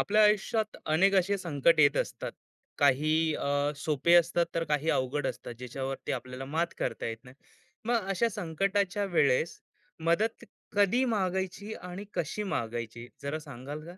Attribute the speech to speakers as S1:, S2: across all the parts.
S1: आपल्या आयुष्यात अनेक असे संकट येत असतात. सोपे असतात तर काही अवघड असतात ज्याच्यावरती आपल्याला मात करता येत नाही. मग अशा संकटाच्या वेळेस मदत कधी मागायची आणि कशी मागायची जरा सांगाल का?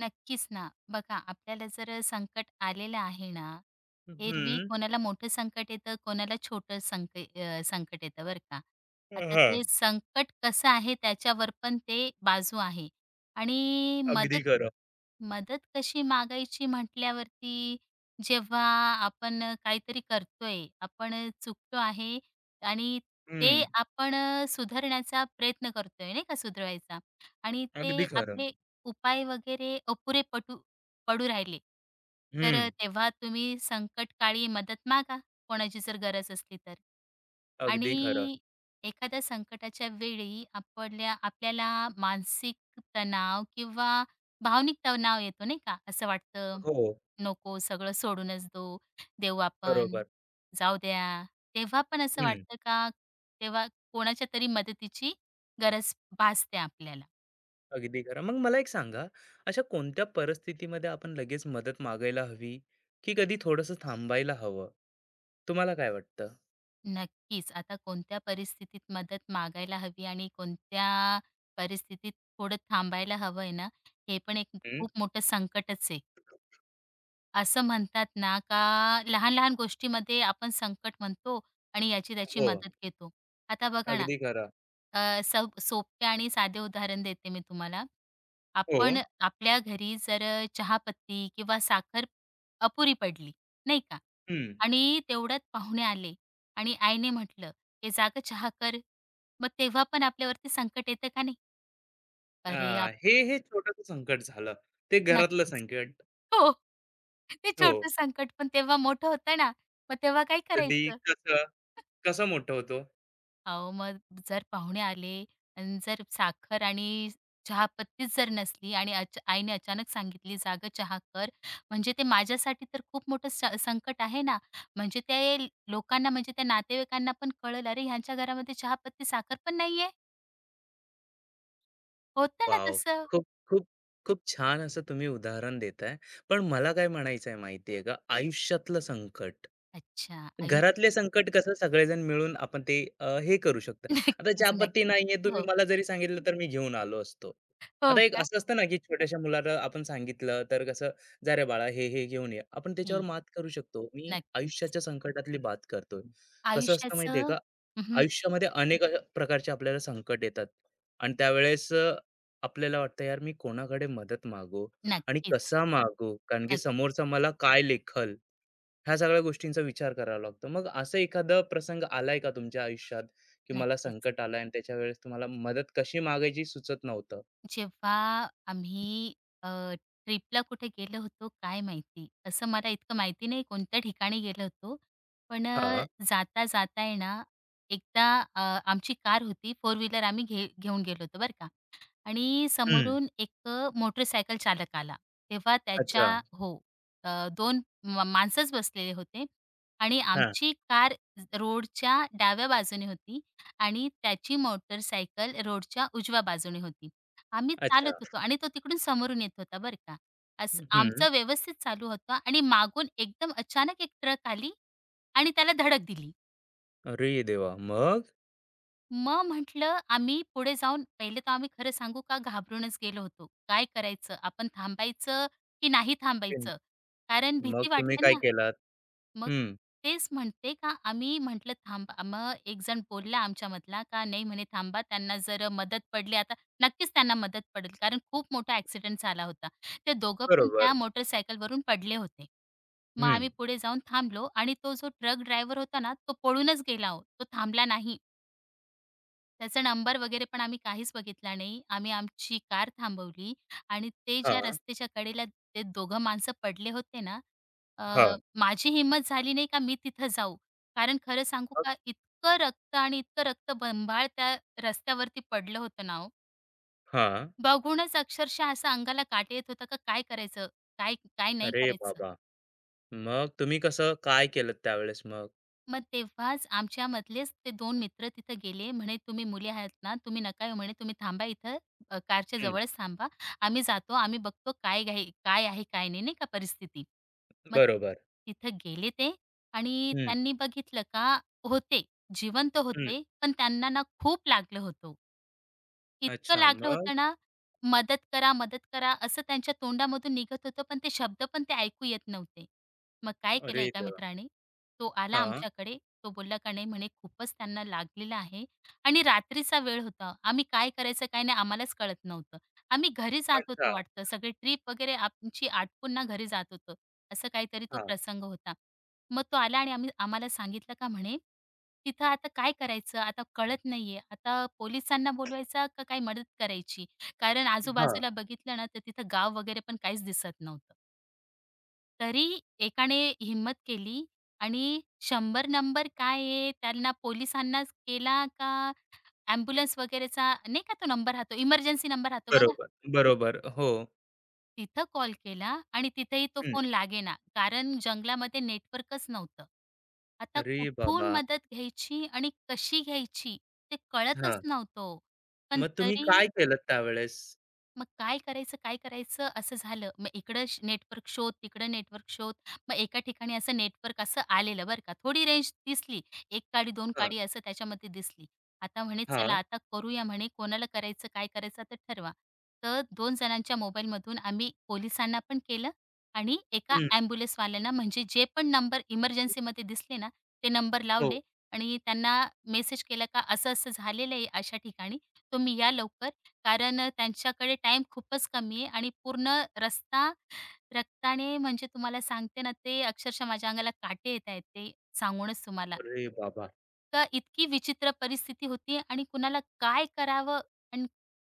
S2: नक्कीच ना. बघा आपल्याला जर संकट आलेलं आहे ना, एरवी
S1: हम्म.
S2: कोणाला मोठं संकट येतं, कोणाला छोटं संकट येतं बरं का. आता
S1: हा.
S2: ते संकट कसं आहे त्याच्यावर पण ते बाजू आहे आणि मदत
S1: अगदी खरं.
S2: मदत कशी मागायची म्हटल्यावरती जेव्हा आपण काहीतरी करतोय, आपण चुकतो आहे आणि ते
S1: हम्म.
S2: आपण सुधारण्याचा प्रयत्न करतोय नाही का सुधरवायचा आणि
S1: अगदी
S2: ते
S1: खरं.
S2: आपले उपाय वगैरे अपुरे पटू पडू राहिले, तर
S1: हम्म.
S2: तेव्हा तुम्ही संकटकाळी मदत मागा, कोणाची जर गरज असली तर.
S1: अगदी खरं.
S2: आणि एखाद्या संकटाच्या वेळी आपल्याला मानसिक तणाव किंवा भावनिक तणाव येतो नाही का? असं वाटतं,
S1: हो.
S2: नको सगळं सोडूनच देऊ आपण,
S1: बरोबर.
S2: जाऊ द्या. तेव्हा पण असं वाटतं का? तेव्हा कोणाच्या तरी मदतीची गरज भासते आपल्याला.
S1: अगदी खरं. मग मला एक सांगा, अशा कोणत्या परिस्थितीमध्ये आपण लगेच मदत मागायला हवी, की कधी थोडंसं थांबायला हवं? तुम्हाला काय वाटतं?
S2: नक्कीच. आता कोणत्या परिस्थितीत मदत मागायला हवी आणि कोणत्या परिस्थितीत थोडं थांबायला हवं आहे ना, हे पण एक
S1: हं.
S2: खूप मोठं संकटच आहे. असं म्हणतात ना, का लहान-लहान गोष्टीमध्ये आपण संकट म्हणतो आणि याची-त्याची
S1: हो.
S2: मदत घेतो. आता बघा ना,
S1: अगदी खरं.
S2: सब सोप्या आणि साधे उदाहरण देते मी तुम्हाला.
S1: हो.
S2: आपण आपल्या घरी जर चहापत्ती किंवा साखर अपुरी पडली, नाही का?
S1: हं.
S2: आणि तेवढ्यात पाहुणे आले आणि आईने म्हटलं, "हे जाग चहा कर." मग तेव्हा पण आपल्यावरती संकट येतं का नाही?
S1: अ,
S2: अरे, आप
S1: हे हे छोटंसं संकट झालं. ते घरातलं
S2: नक्कीच.
S1: संकट.
S2: हो. ते
S1: हो.
S2: छोटं संकट पण तेव्हा मोठं होतं ना, मग तेव्हा काय
S1: कधी
S2: करायचं?
S1: कसं कसं मोठं होतो?
S2: अहो, मग जर पाहुणे आले आणि जर साखर आणि चहापत्तीच जर नसली आणि आईने अचानक सांगितली, जाग चहा कर." म्हणजे ते माझ्यासाठी तर खूप मोठं संकट आहे ना. म्हणजे ते लोकांना म्हणजे त्या नातेवाईकांना पण कळेल, "अरे, ह्यांच्या घरामध्ये चहापत्ती, साखर पण नाहीये." होतं ना
S1: वॉव!
S2: तसं.
S1: खूप खूप खूप छान असं तुम्ही उदाहरण देताय. पण मला काय म्हणायचं आहे माहिती का, आयुष्यातलं संकट
S2: अच्छा, आयुष्य
S1: घरातले संकट कसं सगळेजण मिळून आपण ते हे करू शकतो. आता
S2: नक्कीच,
S1: चहापत्ती
S2: नक्कीच.
S1: नाहीये, तुम्ही
S2: हो,
S1: मला जरी सांगितलं तर मी घेऊन आलो असतो.
S2: हो
S1: आता एक
S2: का?
S1: असं असतं ना, की छोट्याशा मुलाला आपण सांगितलं तर कसं, "जा रे बाळा हे, हे घेऊन ये." आपण त्याच्यावर
S2: ठीक.
S1: मात करू शकतो. मी
S2: नक्कीच.
S1: आयुष्याच्या संकटातली बात करतोय. कसं असतं माहितीये
S2: आयुष्याचं
S1: का,
S2: हं, हं.
S1: आयुष्यामध्ये अनेक अशा प्रकारचे आपल्याला संकट येतात आणि त्यावेळेस आपल्याला वाटतं यार मी कोणाकडे मदत मागू आणि
S2: नक्कीच.
S1: कसा मागू? कारण की
S2: नक्क
S1: समोरचा मला काय लेखल? ह्या सगळ्या गोष्टींचा विचार करावा लागतो. मग असं एखादा प्रसंग आलाय का तुमच्या आयुष्यात, की मला
S2: नक्कीच.
S1: संकट आलंय आणि त्याच्या वेळेस तुम्हाला मदत कशी मागायची सुचत नव्हतं?
S2: जेव्हा आम्ही अ, ट्रिपला कुठे गेलो होतो काय माहिती, असं मला इतकं माहिती नाही कोणत्या ठिकाणी गेलो होतो. पण
S1: हां.
S2: जाता-जाता आहे ना, एकदा अ, आमची कार होती, फोर व्हीलर आम्ही घेऊन गेलो होतो बरं का. आणि
S1: हं.
S2: समोरून एक मोटरसायकल चालक आला. तेव्हा त्याच्या
S1: अच्छा.
S2: हो, अ, 2 माणसंच बसलेले होते आणि
S1: हां.
S2: आमची कार रोडच्या डाव्या बाजूने होती आणि त्याची मोटरसायकल रोडच्या उजव्या बाजूने होती. आम्ही चालत
S1: अच्छा.
S2: होतो आणि तो तिकडून समोरून येत होता बरं का. असं
S1: हं.
S2: आमचं व्यवस्थित चालू होतं आणि मागून एकदम अचानक एक ट्रक आली आणि त्याला धडक दिली.
S1: अरे देवा! मग?
S2: मग म्हटलं आम्ही पुढे जाऊन पहिले तर आम्ही खरं सांगू का घाबरूनच गेलो होतो. काय करायचं? आपण थांबायचं की नाही
S1: हं.
S2: थांबायचं? कारण
S1: मग
S2: भीती
S1: तुम्ही
S2: वाटते
S1: काय
S2: ना.
S1: केलात?
S2: मग
S1: हं.
S2: तेच म्हणते का आम्ही म्हटलं थांबा. मग एक जण बोलला आमच्यामधला का नाही म्हणे थांबा त्यांना जर मदत पडली आता नक्कीच त्यांना मदत पडेल कारण खूप मोठा ॲक्सिडेंट झाला होता. ते दोघं पण त्या
S1: बरोबर.
S2: मोटरसायकलवरून पडले होते. मग आम्ही
S1: हं.
S2: पुढे जाऊन थांबलो आणि तो जो ट्रक ड्रायव्हर होता ना, तो पळूनच गेला हो. तो थांबला नाही. त्याचा नंबर वगैरे पण आम्ही काहीच बघितला नाही. आम्ही आमची कार थांबवली आणि ते ज्या
S1: हां.
S2: रस्त्याच्या कडेला ते दोघं माणसं पडले होते ना, अ,
S1: हां.
S2: माझी हिंमत झाली नाही का मी तिथं जाऊ. कारण खरं सांगू
S1: मग?
S2: का इतकं रक्त आणि इतकं रक्तबंबाळ त्या रस्त्यावरती पडलं होतं ना हो.
S1: हां.
S2: बघूनच अक्षरशः असं अंगाला काटे येत होता का काय करायचं? काय काय नाही
S1: अरे
S2: करायचं?
S1: बाबा! मग तुम्ही कसं काय केलत त्यावेळेस मग?
S2: मग तेव्हाच आमच्यामधलेच ते दोन मित्र तिथं गेले. म्हणे, "तुम्ही मुली आहात ना, तुम्ही नका येऊ म्हणे, तुम्ही थांबा इथं कारच्या
S1: हं.
S2: जवळच थांबा. आम्ही जातो, आम्ही बघतो काय घाई काय आहे, काय नाही." नाही का परिस्थिती. मग ति-
S1: बरोबर.
S2: तिथं गेले ते आणि
S1: हं.
S2: त्यांनी बघितलं का होते, जिवंत
S1: हं.
S2: होते, पण त्यांना ना खूप लागलं होतं. इतकं
S1: अच्छा.
S2: लागलं
S1: मग?
S2: होतं ना, मदत करा, मदत करा असं त्यांच्या तोंडामधून निघत होतं, पण ते शब्द पण ते ऐकू येत नव्हते. मग काय केलं
S1: अरे
S2: एका
S1: देवा!
S2: मित्राने तो आला
S1: हां.
S2: आमच्याकडे. तो बोलला का नाही म्हणे खूपच त्यांना लागलेलं आहे आणि रात्रीचा वेळ होता. आम्ही काय करायचं काय नाही आम्हालाच कळत नव्हतं. आम्ही घरी जात
S1: अच्छा.
S2: होतो वाटतं. सगळी ट्रिप वगैरे आमची आटपून ना घरी जात होतो. असं काहीतरी तो प्रसंग होता. मग तो आला आणि आम्ही आम्हाला सांगितलं का म्हणे, "तिथं आता काय करायचं? आता कळत नाहीये. आता पोलिसांना बोलवायचा का काय मदत करायची?" कारण
S1: हां.
S2: आजूबाजूला बघितलं ना, तर तिथं गाव वगैरे पण काहीच दिसत नव्हतं. तरी एकाने हिंमत केली आणि 100 नंबर काय आहे त्यांना पोलिसांनाच केला का ॲम्ब्युलन्स वगैरेचा नाही का तो नंबर राहतो, इमर्जन्सी नंबर राहतो बघा,
S1: बरोबर, बरोबर. हो.
S2: तिथं कॉल केला आणि तिथेही तो
S1: हं.
S2: फोन लागेना. कारण जंगलामध्ये नेटवर्कच नव्हतं. आता
S1: अरे
S2: कुठून
S1: बाबा!
S2: मदत घ्यायची आणि कशी घ्यायची ते कळतच
S1: हां.
S2: नव्हतं. पण
S1: मग तुम्ही
S2: तरी
S1: काय केलत त्यावेळेस?
S2: मग काय करायचं, काय करायचं असं झालं. मग इकडं नेटवर्क शोध, तिकडं नेटवर्क शोध. मग एका ठिकाणी असं नेटवर्क असं आलेलं बरं का. थोडी रेंज दिसली. 1 काडी, 2
S1: हां,
S2: काडी असं त्याच्यामध्ये दिसली. आता म्हणे चला
S1: हां.
S2: आता करूया म्हणे कोणाला करायचं, काय करायचं तर ठरवा. तर 2 जणांच्या मोबाईलमधून आम्ही पोलिसांना पण केलं आणि एका
S1: हं,
S2: ॲम्ब्युलन्सवाल्यांना म्हणजे जे पण नंबर इमर्जन्सीमध्ये दिसले ना, ते नंबर
S1: हो.
S2: लावले आणि त्यांना मेसेज केला का असं-असं झालेलं आहे अशा ठिकाणी, तुम्ही या लवकर. कारण त्यांच्याकडे टाइम खूपच कमी आहे आणि पूर्ण रस्ता रक्ताने म्हणजे तुम्हाला सांगते ना, ते अक्षरशः माझ्या अंगाला काटे येत आहेत ते सांगूनच तुम्हाला.
S1: अरे बाबा!
S2: तर इतकी विचित्र परिस्थिती होती आणि कुणाला काय करावं आणि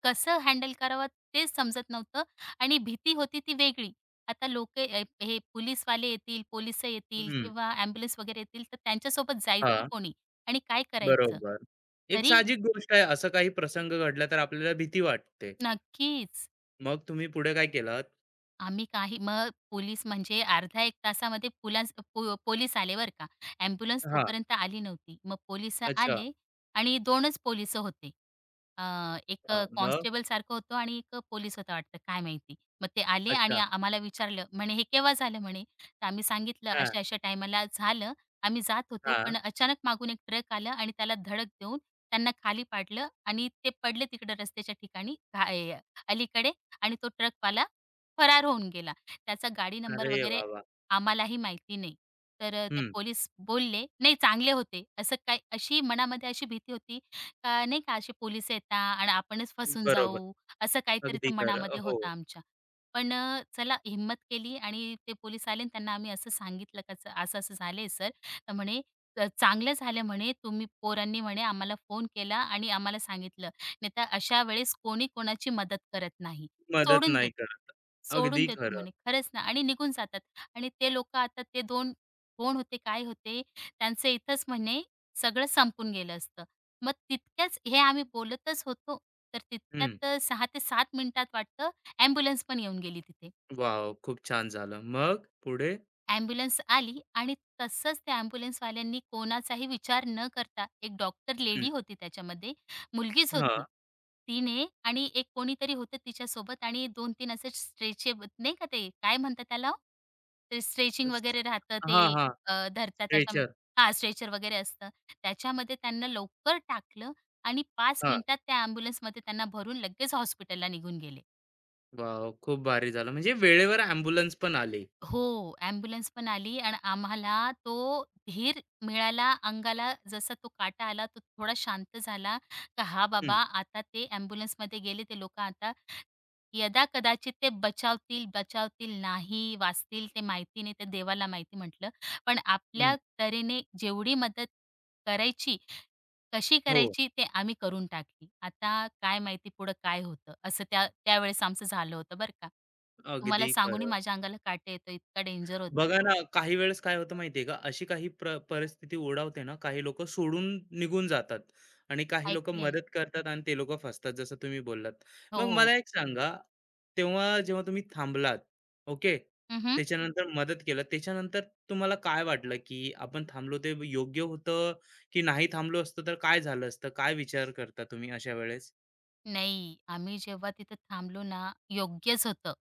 S2: कसं हँडल करावं ते समजत नव्हतं आणि भीती होती ती वेगळी. आता लोकं हे पोलिसवाले येतील, पोलिस येतील
S1: हं.
S2: किंवा ॲम्ब्युलन्स वगैरे येतील, तर त्यांच्यासोबत जायचं
S1: हां,
S2: कोणी आणि काय करायचं?
S1: बरोबर. एक
S2: तरी
S1: साहजिक गोष्ट आहे, असा काही प्रसंग घडला तर आपल्याला भीती वाटते.
S2: नक्कीच.
S1: मग तुम्ही पुढे काय केलात?
S2: आम्ही काही मग पोलीस म्हणजे अर्धा एक तासामध्ये पुलास पो पोलीस आले बरं का. ॲम्ब्युलन्स
S1: हां.
S2: तोपर्यंत आली नव्हती. मग पोलिस
S1: अच्छा,
S2: आले आणि 2च पोलीस होते. अ, एक
S1: हां, मग?
S2: कॉन्स्टेबल सारखं होतं आणि एक पोलीस होता वाटतं, काय माहिती. मग ते आले आणि
S1: अच्छा,
S2: आम्हाला विचारलं म्हणे, "हे केव्हा झालं?" म्हणे. तर आम्ही सांगितलं,
S1: हां,
S2: "अशा-अशा टाईमाला झालं. आम्ही जात होतो,
S1: हां.
S2: पण अचानक मागून एक ट्रक आलं आणि त्याला धडक देऊन त्यांना खाली पाडलं आणि ते पडले तिकडे रस्त्याच्या ठिकाणी घा ए अलीकडे आणि तो ट्रकवाला फरार होऊन गेला. त्याचा गाडी नंबर
S1: अरे
S2: वगैरे
S1: वाह! वाह!
S2: आम्हालाही माहिती नाही. तर ते पोलीस बोलले नाही चांगले होते. असं काय अशी मनामध्ये अशी भीती होती का नाही का असे पोलीस येतात आणि आपणच फसून
S1: बरोबर.
S2: जाऊ, असं काहीतरी
S1: अगदी
S2: ते
S1: खरं.
S2: मनामध्ये
S1: हो,
S2: होतं आमच्या. पण चला हिम्मत केली आणि ते पोलीस आले आणि त्यांना आम्ही असं सांगितलं का असं-असं झालंय सर. तर म्हणे चांगलं झालं म्हणे तुम्ही पोरांनी म्हणे आम्हाला फोन केला आणि आम्हाला सांगितलं. नाहीतर अशा वेळेस कोणी कोणाची मदत करत नाही."
S1: मदत
S2: सोडून
S1: नाही
S2: देत
S1: करत.
S2: सोडून
S1: अगदी
S2: देतो
S1: खरं.
S2: म्हणे. खरंच ना आणि निघून जातात आणि ते लोकं आता ते दोन, कोण होते, काय होते, त्यांचं इथंच म्हणे सगळं संपून गेलं असतं. मग तितक्याच हे आम्ही बोलतच होतो, तर
S1: हं.
S2: तितक्यात 6 ते 7 मिनिटात वाटतं ॲम्ब्युलन्स पण येऊन गेली तिथे.
S1: वॉव! खूप छान झालं. मग पुढे?
S2: ॲम्ब्युलन्स आली आणि तसंच त्या ॲम्ब्युलन्सवाल्यांनी कोणाचाही विचार न करता एक डॉक्टर लेडी होती त्याच्यामध्ये, मुलगीच
S1: हां.
S2: होती. तिने आणि एक कोणीतरी होतं तिच्यासोबत आणि 2 तीन असे स्ट्रेचेबल नाही का ते काय म्हणतात त्याला हो? ते स्ट्रेचिंग
S1: स
S2: वगैरे राहतं ते
S1: हां, हां.
S2: धरतात त्याच्या
S1: स्ट्रेचर.
S2: हां, स्ट्रेचर वगैरे असतं. त्याच्यामध्ये त्यांना लवकर टाकलं आणि 5
S1: हां.
S2: मिनिटात त्या ॲम्ब्युलन्समध्ये त्यांना भरून लगेच हॉस्पिटलला निघून गेले.
S1: वॉव! खूप भारी झालं. म्हणजे वेळेवर ॲम्ब्युलन्स पण आली.
S2: हो, ॲम्ब्युलन्स पण आली आणि आम्हाला तो धीर मिळाला अंगाला जसा तो काटा आला, तो थोडा शांत झाला, का "हां बाबा,
S1: हं,
S2: आता ते ॲम्ब्युलन्समध्ये गेले ते लोकं आता यदाकदाचित ते बचावतील, बचावतील नाही वाचतील ते माहिती नाही, ते देवाला माहिती" म्हटलं. पण
S1: हं.
S2: आपल्या तऱ्हेने जेवढी मदत करायची कशी
S1: हो.
S2: करायची ते आम्ही करून टाकली. आता काय माहिती पुढं काय होतं? असं त्या त्यावेळेस आमचं झालं होतं बरं का. तुम्हाला
S1: अगदी
S2: सांगूनही
S1: खरं.
S2: माझ्या अंगाला काटे येतो, इतका डेंजर होता
S1: बघा
S2: तो.
S1: ना, काही वेळेस काय होतं माहिती का, अशी काही प्र परिस्थिती ओढावते ना, काही लोकं सोडून निघून जातात आणि काही लोकं
S2: ऐकलंय.
S1: मदत करतात आणि ते लोकं फसतात, जसं तुम्ही बोललात.
S2: हो.
S1: मग
S2: हो.
S1: मला एक सांगा, तेव्हा जेव्हा तुम्ही थांबलात, ओके.
S2: हं, हं.
S1: त्याच्यानंतर मदत केलं, त्याच्यानंतर तुम्हाला काय वाटलं, की आपण थांबलो ते योग्य होतं, की नाही थांबलो असतो तर काय झालं असतं? काय विचार करता तुम्ही अशा वेळेस?
S2: नाही, आम्ही जेव्हा तिथं थांबलो ना, योग्यच होतं.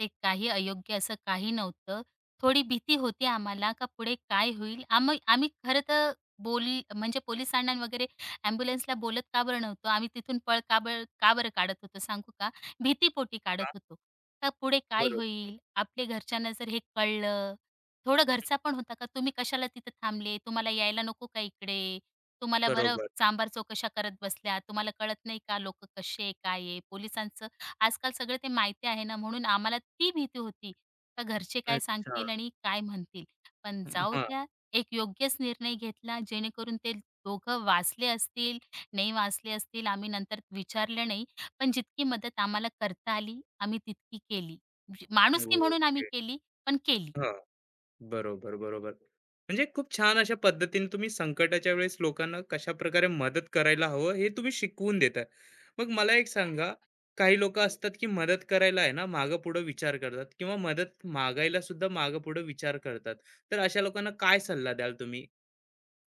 S2: ते काही अयोग्य असं काही नव्हतं. थोडी भीती होती आम्हाला का पुढे काय होईल? आम्ही खरं तर बोल म्हणजे पोलिसांना न वगैरे ॲम्ब्युलन्सला बोलत का बरं नव्हतो? आम्ही तिथून पळ का बरं का बरं काढत होतो सांगू का? भीतीपोटी काढत
S1: हां,
S2: होतो. का पुढे काय
S1: बरोबर,
S2: होईल? आपल्या घरच्यांना जर हे कळलं थोडं घरचा पण होता का, "तुम्ही कशाला तिथं थांबले? तुम्हाला यायला नको का इकडे?" तुम्हाला बरं
S1: बरोबर.
S2: सांबार-चव कशा करत बसल्या, तुम्हाला कळत नाही का लोक कसे आहे, काय आहे? पोलिसांचं आजकाल सगळं ते माहिती आहे ना, म्हणून आम्हाला ती भीती होती का घरचे काय
S1: अच्छा.
S2: सांगतील आणि काय म्हणतील? पण जाऊ
S1: हं,
S2: द्या, एक योग्यच निर्णय घेतला जेणेकरून ते दोघं वाचले असतील, नाही वाचले असतील आम्ही नंतर विचारलं नाही. पण जितकी मदत आम्हाला करता आली, आम्ही तितकी केली. म्हणजे माणुसकी म्हणून आम्ही
S1: ओके.
S2: केली, पण केली.
S1: हां. बरोबर, बरोबर. म्हणजे खूप छान अशा पद्धतीने तुम्ही संकटाच्या वेळेस लोकांना कशा प्रकारे मदत करायला हवं हे तुम्ही शिकवून देताय. मग मला एक सांगा, काही लोक असतात की मदत करायला आहे ना मागं पुढे विचार करतात किंवा मदत मागायला सुद्धा मागं पुढे विचार करतात, तर अशा लोकांना काय सल्ला द्याल तुम्ही?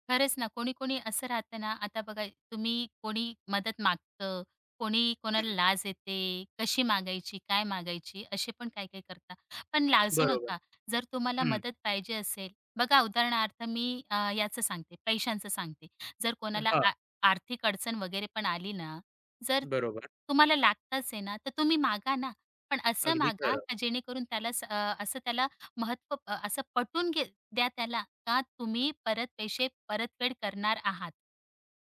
S2: खरंच ना, कोणी-कोणी असं राहतं ना, आता बघा तुम्ही कोणी मदत मागतं, कोणी
S1: हम्म,
S2: कोणाला लाज येते, कशी मागायची, काय मागायची, असे पण काही-काही करता. पण लाजू
S1: बरोबर.
S2: नका. जर तुम्हाला
S1: हम्म.
S2: मदत पाहिजे असेल बघा उदाहरणार्थ मी याचं सांगते, पैशांचं सांगते. जर कोणाला
S1: हा.
S2: आर्थिक अडचण वगैरे पण आली ना, जर
S1: बरोबर.
S2: तुम्हाला लागताच आहे ना, तर तुम्ही मागा ना. पण असं
S1: अगदी
S2: मागा
S1: खरं.
S2: का जेणेकरून त्याला असं त्याला महत्त्व असं पटवून घे द्या त्याला का तुम्ही परत पैसे परतफेड करणार आहात.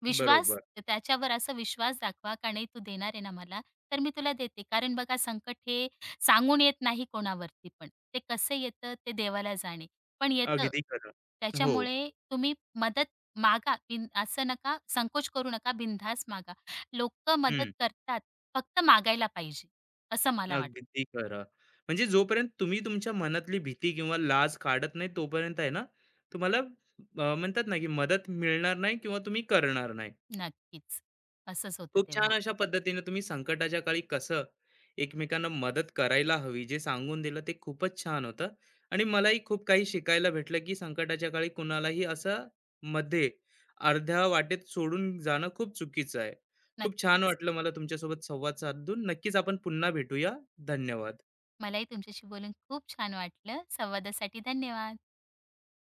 S2: विश्वास
S1: बरोबर.
S2: त्याच्यावर असा विश्वास दाखवा का नाही तू देणार आहे ना मला, तर मी तुला देते. कारण बघा संकट हे सांगून येत नाही कोणावरती पण. ते कसं येतं ते देवाला जाणे. पण येतं.
S1: अगदी खरं. हो.
S2: त्याच्यामुळे तुम्ही मदत मागा. असं नका संकोच करू नका, बिनधास्त मागा. लोकं मदत करतात. फक्त मागायला पाहिजे, असं मला वाटतं.
S1: अगदी खरं. म्हणजे जोपर्यंत तुम्ही तुमच्या मनातली भीती किंवा लाज काढत नाही, तोपर्यंत आहे ना, तुम्हाला म्हणतात ना, की मदत मिळणार नाही किंवा तुम्ही करणार नाही.
S2: नक्कीच. असंच होतं
S1: खूप छान
S2: तेव्हा.
S1: अशा पद्धतीने तुम्ही संकटाच्या काळी कसं एकमेकांना मदत करायला हवी, जे सांगून दिलं ते खूपच छान होतं. आणि मलाही खूप काही शिकायला भेटलं, की संकटाच्या काळी कुणालाही असं मध्ये अर्ध्या वाटेत सोडून जाणं खूप चुकीचं आहे. खूप छान
S2: नक्कीच.
S1: वाटलं मला तुमच्यासोबत संवाद साधून. नक्कीच आपण पुन्हा भेटूया. धन्यवाद.
S2: मलाही तुमच्याशी बोलून खूप छान वाटलं. संवादासाठी धन्यवाद.